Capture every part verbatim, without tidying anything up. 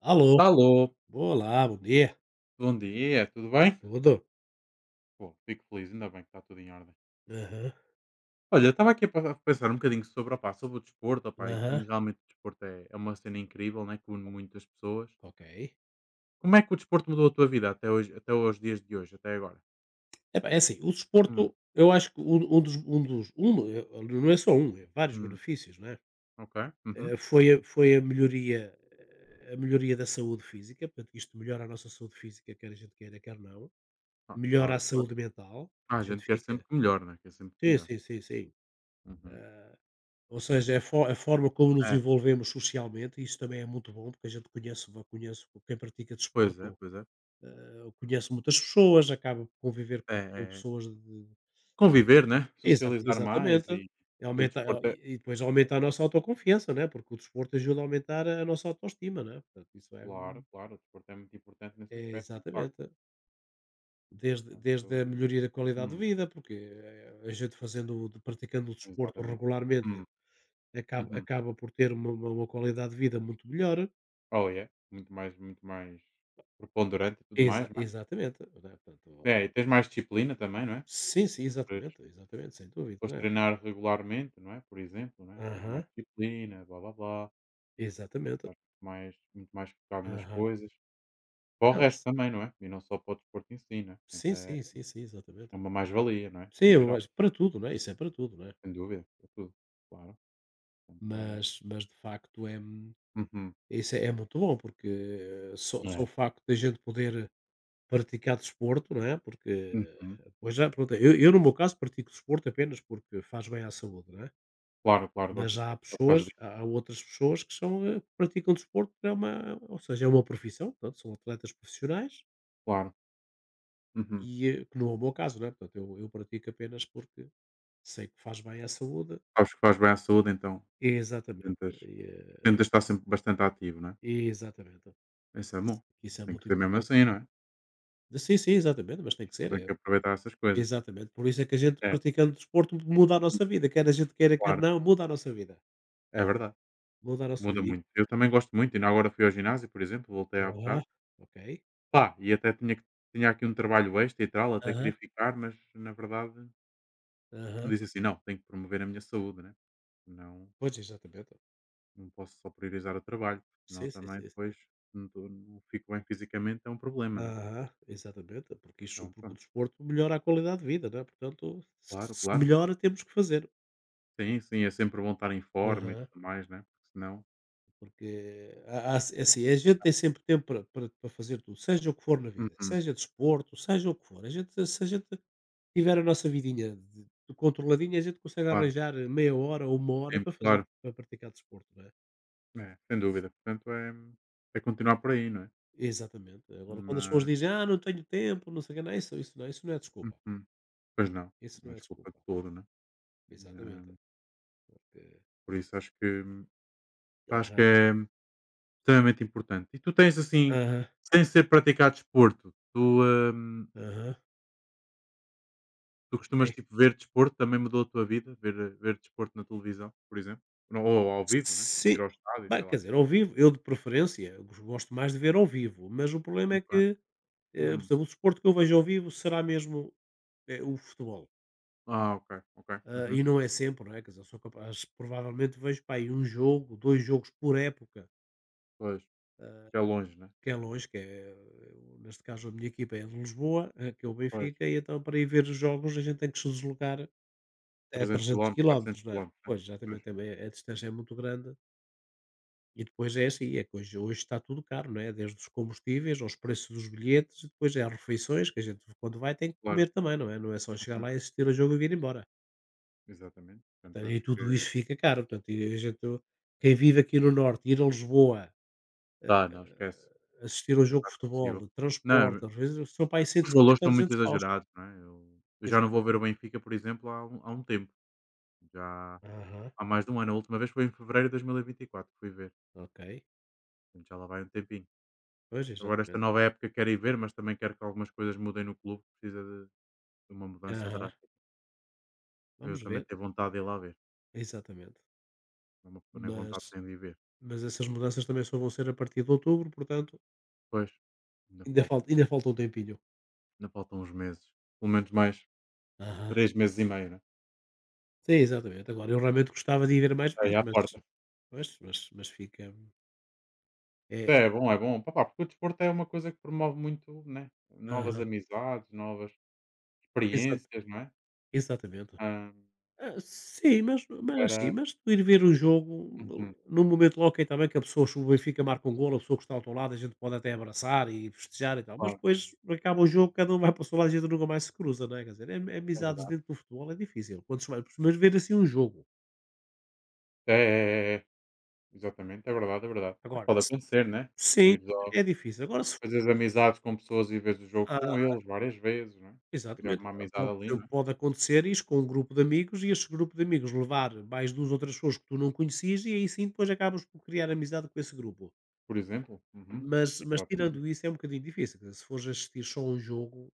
Alô. Alô, Olá, bom dia. bom dia, tudo bem? Tudo? Bom, fico feliz, ainda bem que está tudo em ordem. Aham, Olha, estava aqui a pa- a pensar um bocadinho sobre, opá, sobre o desporto, opá, e aham. como realmente o desporto é, é uma cena incrível, né, que une muitas pessoas. Ok. Como é que o desporto mudou a tua vida até hoje, até os dias de hoje, até agora? Epá, é assim, o Hum, desporto, eu acho que um um dos um dos um, do- eh, não é só um, é vários hum, benefícios, não é? ok, uhum. Eh, foi a foi a melhoria eh, a melhoria da saúde física, portanto isto melhora a nossa saúde física, quer a gente queira, quer não. Ah, Melhora a claro, claro. saúde mental, Ah, a a gente gente quer fica. sempre que melhor, né? Quer sempre que Sim, melhor. sim, sim, sim. Uhum. Ou seja, é a fo a forma como nos É, envolvemos socialmente, isso também é muito bom, porque a gente conhece va conhece quem pratica pois desporto. é, pois é. Eu conheço muitas pessoas, acabo por conviver É, com com é pessoas de. conviver, né? exa Socializar mais exatamente. e, E e o aumenta, eh, desporto e é, e depois aumenta a nossa autoconfiança, né, porque o desporto ajuda a aumentar a nossa autoestima, né, portanto isso é. claro, claro, o desporto é muito importante nesse É aspecto, é um. exatamente. Desde desde a Portanto, melhoria da qualidade hum, de vida, porque, eh, a gente fazendo o- de praticando o desporto exatamente. regularmente, Hum, acaba uhum. acaba por ter uma uma uma qualidade de vida muito melhor. Oh é, muito mais muito mais preponderante e tudo mais, Exa não é? exatamente, não é, portanto. É, e tens mais disciplina também, não é? Sim, sim, Para exatamente, exatamente, sem dúvida, depois né. treinar regularmente, não é? Por exemplo, não é? Tens Aham, mais disciplina, blá blá blá, exatamente. estás muito mais muito mais focado nas Aham. coisas. Para o Não, resto s também, não é? E não só para o desporto em si, não é? Portanto sim, é sim, sim, sim, exatamente. é uma mais-valia, não é? Sim, No eu geral, acho que para tudo, não é? Isso é para tudo, não é? sem dúvida, para tudo, claro. Portanto é, Mas mas de facto é, hum, uhum, isso é é muito bom, porque eh, só só o é, facto da gente poder praticar desporto, não é? Porque, eh, uhum. depois já pronto, eu eu no meu caso pratico desporto apenas porque faz bem à saúde, não é? Claro, claro, Mas gostas há por causa pessoas, disso, há há outras pessoas que são, eh, que praticam desporto, é uma, ou seja, é uma profissão, portanto, são atletas profissionais claro. Uhum. e, eh, que não é o meu caso, não é? Portanto, eu eu pratico apenas porque sei que faz bem à saúde. Sabes que faz bem à saúde, então Exatamente, tentas e, eh, tentas estar sempre bastante ativo, não é? exatamente, Isso é bom, isso é tem que muito ser mesmo importante. assim, não é? Sim, sim, exatamente, mas tem que ser, Tem eh, que aproveitar essas coisas. exatamente, por isso é que a gente É, praticando desporto muda a uhum, nossa vida, quer a gente queira, quer claro, não, muda a nossa vida, é verdade, muda a nossa muda vida. E muito. Eu também gosto muito, ainda agora fui ao ginásio, por exemplo, voltei há aham, bocado. ok. Pá, e até tinha que tinha aqui um trabalho extra e tal, até queria Aham, ficar, mas na verdade aham. disse assim: "Não, tenho que promover a minha saúde, né? Não Pois, exatamente. não posso só priorizar o trabalho, senão Sim, sim, também sim, sim. depois não estou não fico bem fisicamente, é um problema, não é?" Aham, exatamente, porque isso, Então porque o pronto, desporto melhora a qualidade de vida, não é? Portanto, claro, se claro. melhora temos que fazer. Sim, sim, é sempre bom estar em forma e Aham. tudo mais, né? Porque senão. Porque há há é assim, a gente tem sempre tempo para para para fazer tudo, seja o que for na vida, Uhum, seja desporto, seja o que for. A gente se a gente tiver a nossa vidinha de de controladinha, a gente consegue claro, arranjar meia hora ou uma hora sim, para fazer claro. para praticar desporto, não é? É, sem dúvida. Portanto, é, é continuar por aí, não é? Exatamente. Agora quando as pessoas Mas. dizem: "Ah, não tenho tempo, não sei o que não, isso isso não isso não é desculpa, Uhum, pois não, isso não não é é desculpa de desculpa." todo, né? Exatamente. Hum, Porque por isso acho que. Acho que é extremamente importante. E tu tens assim, aham, sem ser praticar desporto, tu, hum, aham, tu costumas ok. tipo ver desporto, também mudou a tua vida, ver, ver desporto na televisão, por exemplo? Ou, ao vivo, né? Sim. Ir ao estádio, Bem, sei quer lá. dizer, ao vivo, eu de preferência, eu gosto mais de ver ao vivo, mas o problema é Ok. que, Eh, por Hum. exemplo, o desporto que eu vejo ao vivo será mesmo, eh, o futebol. Ah, ok, ok. Ah, e Uhum. não é sempre, não é? Quer dizer, eu sou capaz, provavelmente vejo pá, aí um jogo, dois jogos por época, Pois, que é longe, né? que é longe, que é, eh, neste caso a minha equipa é de Lisboa, eh, que é o Pois, Benfica, e então para ir ver os jogos a gente tem que se deslocar a trezentos trezentos quilómetros quilómetros, quatrocentos não é? quilómetros né? Pois, Pois, exatamente, também a distância é muito grande. E depois é assim, é que hoje, hoje está tudo caro, não é? Desde os combustíveis aos preços dos bilhetes, e depois é as refeições, que a gente quando vai tem que claro. comer também, não é? Não é só chegar Uhum. lá e assistir ao jogo e vir embora. Exatamente. Portanto, Portanto, e acho tudo que isso fica caro. Portanto, e a gente, quem vive aqui no Norte, ir a Lisboa, tá não esquece. assistir a um É jogo de quase impossível. futebol, transporte, Não, às vezes são para aí os valores cento e cinquenta a são muito duzentos paus. exagerados, não é? Eu, eu já Exa- não vou ver o Benfica, por exemplo, há um, há um tempo. Já Aham, há mais de um ano. A última vez foi em fevereiro de dois mil e vinte e quatro que fui ver. ok. Portanto, já lá vai um tempinho. Pois, Agora, esta exatamente. nova época, quero ir ver, mas também quero que algumas coisas mudem no clube. Precisa de, de uma mudança Aham, drástica. Eu vamos também ver. tenho vontade de ir lá ver. Exatamente. É uma pessoa nem vontade Mas, tem de ir ver. mas essas mudanças também só vão ser a partir de outubro, portanto, Pois, ainda ainda falta. falta, ainda falta um tempinho. Ainda faltam uns meses. Pelo menos mais Aham. três meses e meio, né? Sim, exatamente. Agora, eu realmente gostava de ir ver mais Está aí vezes, à mas, porta. pois, mas, mas fica. É, É é bom, é bom. Pá, pá, porque o desporto é uma coisa que promove muito, né, novas aham, amizades, novas exa- experiências, não é? exatamente. Hã, Ah, sim, mas mas para assim, mas tu ir ver o jogo uhum, num momento logo, ok, está bem que a pessoa, se o Benfica marca um golo, a pessoa que está ao teu lado, a gente pode até abraçar e festejar e tal, mas claro, depois acaba o jogo, cada um vai para o seu lado e a gente nunca mais se cruza, não é? Quer dizer, am- é amizades verdade. dentro do futebol é difícil, quando se vai, mas ver assim um jogo, É, é, é, é. É. Exatamente, é verdade, é verdade. Mas agora, pode s- acontecer, né? Tu sim, ires ao é difícil, agora se for, fazeres amizades com pessoas e veres o jogo ah, com eles várias vezes, não é? Criar exatamente, uma agora amizade pode, ali, ser- não é? pode acontecer isso com um grupo de amigos e esse grupo de amigos levar mais duas ou três pessoas que tu não conhecias e aí sim depois acabas por criar amizade com esse grupo. Por exemplo. Uhum. Mas mas Exatamente. tirando isso é um bocadinho difícil, quer dizer, se fores assistir só um jogo,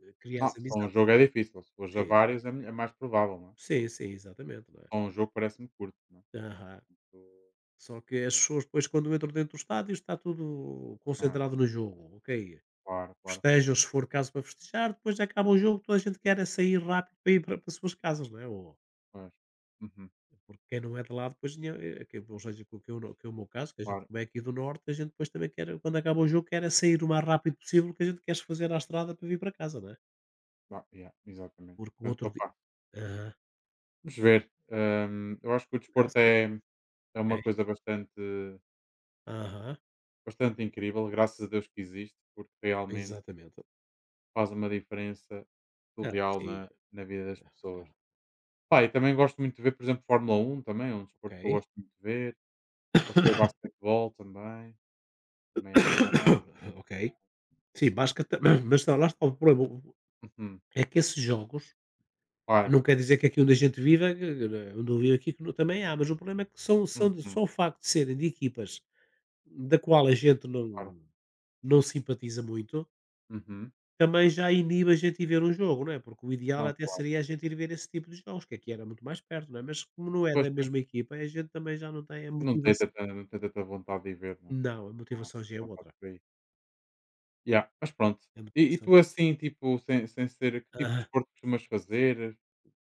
eh, crias Ah, só um amizade. jogo é difícil. Se fores a Sim, sim. vários é é mais provável, não é? Sim, sim, exatamente, não é? Só um jogo parece-me curto, não é? Aham. Tipo, Só que as pessoas depois quando entram dentro do estádio está tudo ah, concentrado no jogo, ok. claro, claro, Festejam se for caso para festejar, depois acaba o jogo, toda a gente quer é sair rápido para ir para para as suas casas, não é? Ou pois. Uhum, porque quem não é de lá depois tinha, eh, que ou seja, que que, eu no que é o meu caso, que a gente claro. como é aqui do norte, a gente depois também quer quando acaba o jogo quer é sair o mais rápido possível, que a gente quer se fazer à estrada para vir para casa, não é? Bah, yeah, exatamente. Porque o Portanto, outro opá, aham. vamos ver. Hum, eu acho que o Ah, desporto sim, é, é ok. uma coisa bastante, Aham. bastante incrível, graças a Deus que existe, porque realmente Exatamente. faz uma diferença Ah, surreal sim, na, na vida das pessoas. ah, Pá, e também gosto muito de ver, por exemplo, Fórmula Um também, é um desporto que eu ok. gosto muito de ver. Gosto de ver basquetebol também, também é muito bom. Ok. Sim, basca ta mas está lá está o problema, Uhum, é que esses jogos claro. não quer dizer que aqui onde a gente vive, onde eu vivo aqui, que não também há, mas o problema é que são são de Uhum, só o facto de serem de equipas da qual a gente claro. não não simpatiza muito, Uhum. também já inibe a gente ir ver um jogo, não é? Porque o ideal Não, até claro. seria a gente ir ver esse tipo de jogos, que aqui era muito mais perto, não é? Mas como não é Pois. da mesma equipa, a gente também já não tem a Não tem motivação. tanta não tem tanta vontade de ir ver, não é? Não, a Não há motivação tanta já é vontade outra. por aí. Yeah, mas pronto. A E e motivação tu assim, tipo, sem sem ser que tipo de aham. desporto costumas fazer?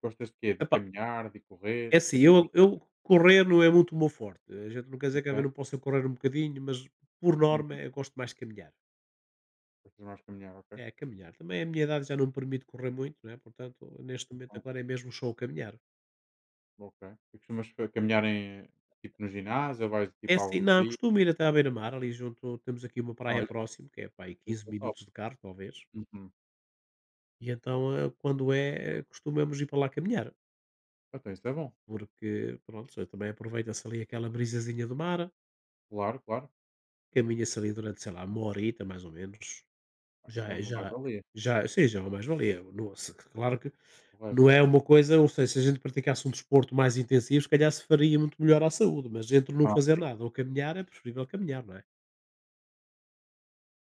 Gostas de quê? De Epá, caminhar, de correr? é O que assim, é que eu costumas. eu correr não é muito o meu forte. A gente não quer dizer que às vezes Ok. não possa correr um bocadinho, mas por norma Uhum. eu gosto mais de caminhar. Gostas mais de caminhar, ok. É, caminhar. Também a minha idade já não me permite correr muito, não é, portanto, neste momento Muito bem, agora é mesmo só o caminhar. ok. E costumas fa caminhar em tipo, no ginásio ou vais, É tipo, a assim, algum não, sítio? costumo ir até à beira-mar, ali junto temos aqui uma praia Olha, próxima que é pá aí isso quinze é top. minutos de carro talvez, Uhum. e então, eh, quando é, costumamos ir para lá caminhar, Então isso é bom. porque pronto, também aproveita-se ali aquela brisazinha do mar. Claro, claro. Caminha-se ali durante, sei lá, uma horita mais ou menos, Ah, já então é é uma já mais-valia, já sim, já é uma mais-valia, não se claro que correto. não é uma coisa, ou seja, se a gente praticasse um desporto mais intensivo, se calhar se faria muito melhor à saúde, mas entre não Ah, fazer sim. nada ou caminhar, é preferível caminhar, não é?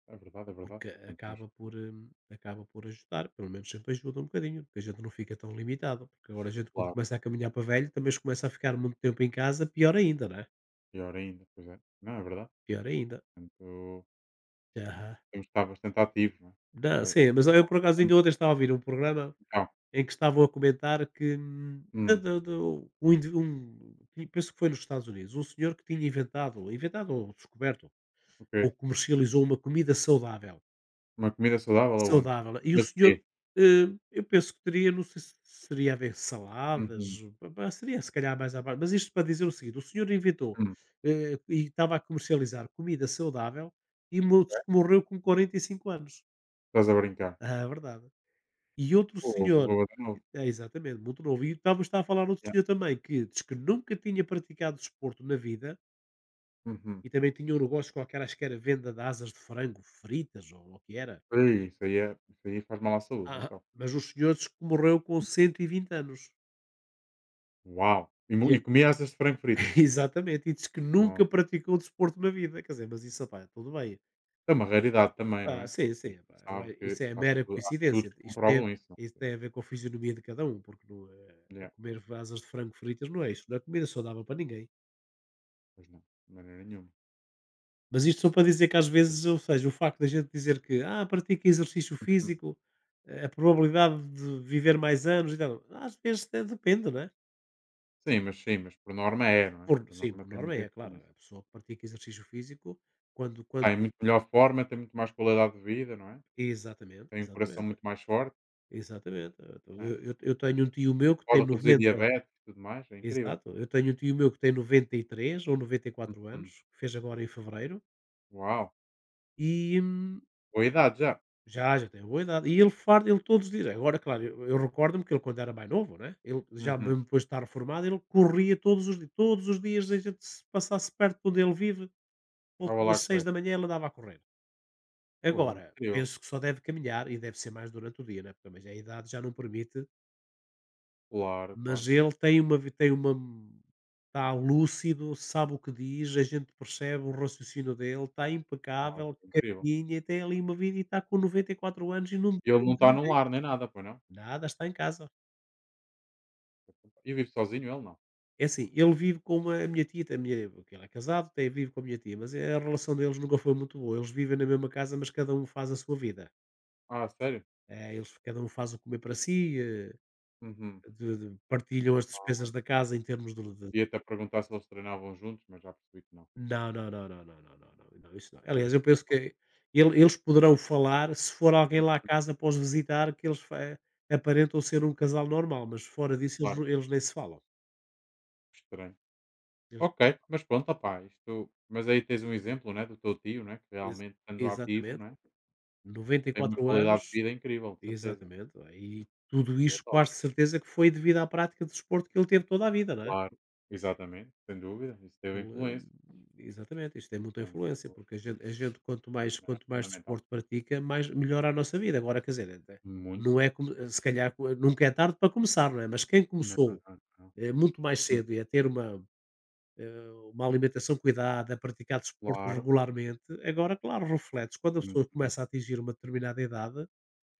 É verdade, é verdade. Porque Portanto, acho acaba por, hum, acaba por ajudar, pelo menos sempre ajuda um bocadinho, porque a gente não fica tão limitado, porque agora a gente quando claro, começa a caminhar para velho, também se começa a ficar muito tempo em casa, pior ainda, não é? pior ainda, pois é. Não, é verdade. Pior ainda. Portanto, Aham. temos de estar bastante ativo, não é? Não, Também. sim, mas eu por acaso quando- ainda ontem estava a ouvir um programa Então, em que estavam a comentar que hum, a hum, do do um indiv um e penso que foi nos Estados Unidos, um senhor que tinha inventado, inventado ou descoberto, ou ok. comercializou uma comida saudável, Uma comida saudável aonde? saudável e o Mas de senhor, quê? hã, eu penso que teria, não sei se seria a ver Uhum, saladas, pa pa seria se calhar mais à base, mas isto para dizer o seguinte, o senhor inventou, hum, hã, e estava a comercializar comida saudável e mo ok. morreu com quarenta e cinco anos. Estás a brincar. Ah, é verdade. E outro Fogo, senhor uma novo. é, exatamente, muito novo. E estávamos a falar outro Yeah. senhor também que diz que nunca tinha praticado desporto na vida Uhum. e também tinha um negócio qualquer, acho que era venda de asas de frango fritas ou o que era. Ei, isso aí é isso aí faz mal à saúde, Ah, então. mas o senhor diz que morreu com cento e vinte anos. Uau! E, mu- E e é- comia asas de frango fritas. exatamente, e diz que Nossa. nunca praticou desporto na vida. Quer dizer, mas isso, pá, tudo bem. É uma raridade também, não Ah, é? sim, A gente sim, pá, sabe vai- que isso é há mera estu- há estudos coincidência. que Isto tem, comprovam isso, não isso é? tem a ver com a fisionomia de cada um, porque não é, é Yeah. comer asas de frango fritas, não é isso. Não é comida saudável para ninguém. Pois não, de maneira nenhuma. Mas isto só para dizer que às vezes, ou seja, o facto da gente dizer que, ah, pratica exercício Uhum. físico, eh, a probabilidade de viver mais anos e tal, às vezes até depende, não é? Sim, mas sim, mas por norma é, não é? Por, Por sim, por norma tem norma é, muita é claro, influência. a pessoa que pratica exercício físico, quando, quando, Tem muito melhor forma, tem muito mais qualidade de vida, não é? exatamente, Tem um coração exatamente, muito mais forte, exatamente. Então, não é? Eu, eu, eu tenho um tio meu que tem Pode reduzir noventa, diabetes e tudo mais, é incrível. exato, eu tenho um tio meu que tem noventa e três ou noventa e quatro Uhum. anos, que fez agora em fevereiro, Uau, e, hum, boa idade já. Já, já tem uma boa idade. E ele farda, ele todos os dias. Agora, claro, eu, eu recordo-me que ele, quando era mais novo, né? Ele já Uhum. mesmo depois de estar reformado, ele corria todos os dias. Todos os dias, a gente se passasse perto de onde ele vive, por volta Estava lá das a seis correr. da manhã, ele andava a correr. Oh, Agora, incrível. penso que só deve caminhar e deve ser mais durante o dia, né? Porque também já a idade já não permite. Claro, Mas claro. ele tem uma. Vi- Tem uma está lúcido, sabe o que diz, a gente percebe o raciocínio dele, está Uau, impecável, incrível. caminha, e tem ali uma vida e está com noventa e quatro anos e não E ele depende não de está num ninguém. lar nem nada, pois não? Nada, está em casa. E vive sozinho ele não? É assim, ele vive com uma, a minha tia, a minha, porque ele é casado, tem, vive com a minha tia, mas a relação deles nunca foi muito boa. Eles vivem na mesma casa, mas cada um faz a sua vida. Ah, sério? Eh, eles, cada um faz o comer para si, eh, Uhum. de- de- partilham as despesas da casa em termos de, de- Ia até perguntar se eles treinavam juntos, mas já percebi que não. Não, não, não, não, não, não, não, não, não, isso não. Aliás, Portanto, eu penso que ele- eles poderão falar, se for alguém lá à casa após visitar, que eles fa- aparentam ser um casal normal, mas fora disso eles, claro, não- eles nem se falam. estranho. Eles- Ok, mas pronto, opá, isto. Mas aí tens um exemplo, né, do teu tio, né, que ex- realmente estando ativo, exatamente. né? noventa e Tem uma quatro qualidade de anos, vida incrível, de certeza, né. exatamente, não é? E tudo E é isto top, quase de certeza que foi devido à prática de desporto que ele teve toda a vida, não é? claro. Exatamente, sem dúvida, isso teve Ele, hum, influência, exatamente, isto tem muita influência, portanto, porque a gente, a gente quanto, mais, né, é quanto mais fundamental, desporto pratica, mais melhora a nossa vida. Agora, quer dizer, eh, não muito. é como, eh, se calhar co- nunca é tarde para começar, não é? Mas quem Não, começou não, não. eh, muito mais Hum, cedo e a ter uma, eh, uma alimentação cuidada, a praticar desporto claro, regularmente, agora, claro, refletes. Quando a é muito pessoa mais, começa a atingir uma determinada idade,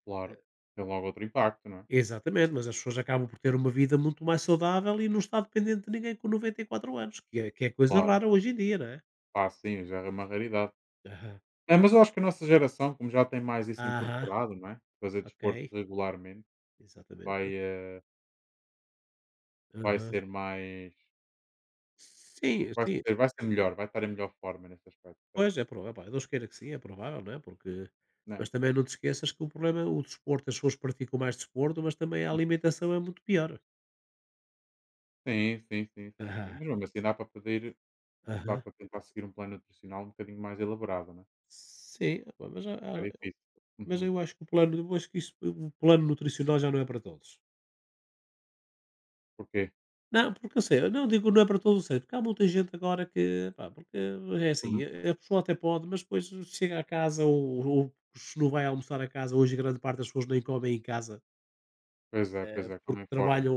claro. Tem logo outro impacto, não é? exatamente, mas as pessoas acabam por ter uma vida muito mais saudável e não está dependente de ninguém com noventa e quatro anos, que é, que é coisa Claro. rara hoje em dia, não é? Ah, sim, já é uma raridade. Aham. É, mas eu acho que a nossa geração, como já tem mais isso Aham, incorporado, não é? Fazer ok. desporto regularmente, vai, Exatamente. eh, vai Aham. ser mais Sim, vai sim. ser vai ser melhor, vai estar em melhor forma nesse aspecto, percebes? Pois, é provável. Pá, Deus queira que sim, é provável, não é? Porque... Né? Mas também não te esqueças que o problema, o desporto, as pessoas praticam mais desporto, mas também a alimentação é muito pior. Sim, sim, sim, sim, sim. Aham, Mas mesmo assim dá para pedir dá aham. para tentar seguir um plano nutricional um bocadinho mais elaborado, né? Sim, pá, mas, a- É a- difícil. mas Uhum. eu acho que o plano, eu acho que isso, o plano nutricional já não é para todos. Porquê? Não, porque eu sei, eu não digo não é para todos os seios, porque há muita gente agora que, pá, porque é assim, Hum. a a pessoa até pode, mas depois chega a casa ou, ou se não vai almoçar a casa, hoje grande parte das pessoas nem comem em casa, Pois é, Eh, pois é, porque comem fora, né? trabalham,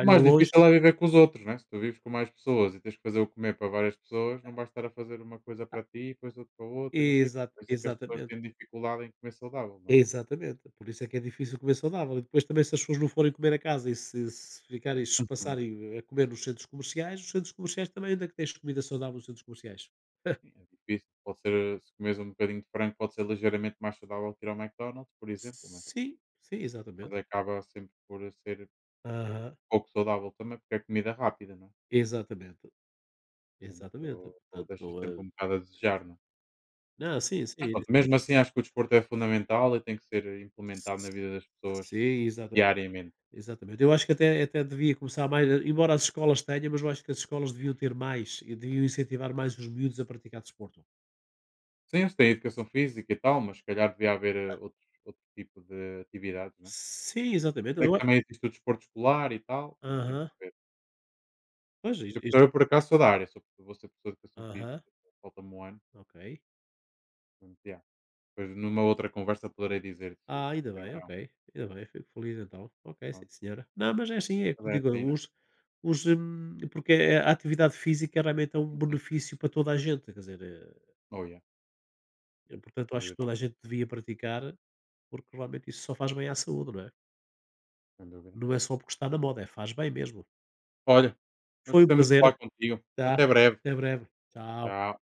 O mais longe, difícil é viver com os outros, né? Se tu vives com mais pessoas e tens que fazer o comer para várias pessoas, não vais estar a fazer uma coisa para ti, depois outra para outra e não sei o quê. Exa- Por isso é que as pessoas exatamente, têm dificuldade em comer saudável, não é? exatamente, por isso é que é difícil comer saudável, e depois também se as pessoas não forem comer a casa e se, se ficarem, se Uhum. passarem a comer nos centros comerciais, os centros comerciais também, ainda que tens comida saudável nos centros comerciais? Sim, é difícil. Pode ser, se comes um bocadinho de frango, pode ser ligeiramente mais saudável que ir ao McDonald's, por exemplo, mas, Sim, sim, exatamente. mas acaba sempre por ser Aham, pouco saudável também, porque é comida rápida, não é? exatamente. Exatamente, Portanto, portanto deixa não sempre é um bocado a desejar, não é? não, sim, sim, Mas ele pronto, sim. mesmo assim acho que o desporto é fundamental e tem que ser implementado na vida das pessoas Sim, exata diariamente. exatamente. Eu acho que até até devia começar mais embora as escolas tenham, mas eu acho que as escolas deviam ter mais e deviam incentivar mais os miúdos a praticar desporto. Sim, eles têm educação física e tal, mas se calhar devia haver eh, outro, outro tipo de atividades, não é? Sim, exatamente. Sei Eu que a também existe o desporto escolar e tal, não tem que Aham. ser. Pois, is Eu, is eu, por acaso sou da área, sou, vou ser professor de educação física, aham, falta-me um ano, ok. portanto, yeah. Depois numa outra conversa poderei dizer se se Ah, ainda sim ou bem, não. ok, ainda bem, fico feliz então. Ok, sim Pronto. senhora. Não, mas é assim, é Mas como é digo, assim, não é? os os, hum, porque a atividade física realmente é um Uhum. benefício para toda a gente, quer dizer eh, Oh yeah, Eh, portanto, sem acho que dúvida toda a alguma, gente devia praticar, porque realmente isso só faz bem à saúde, não é? sem dúvida. Não é só porque está na moda, é faz bem mesmo. Olha, mas Foi um gostei muito de falar prazer, contigo. tá? Até breve. Até breve. Tchau. Tchau.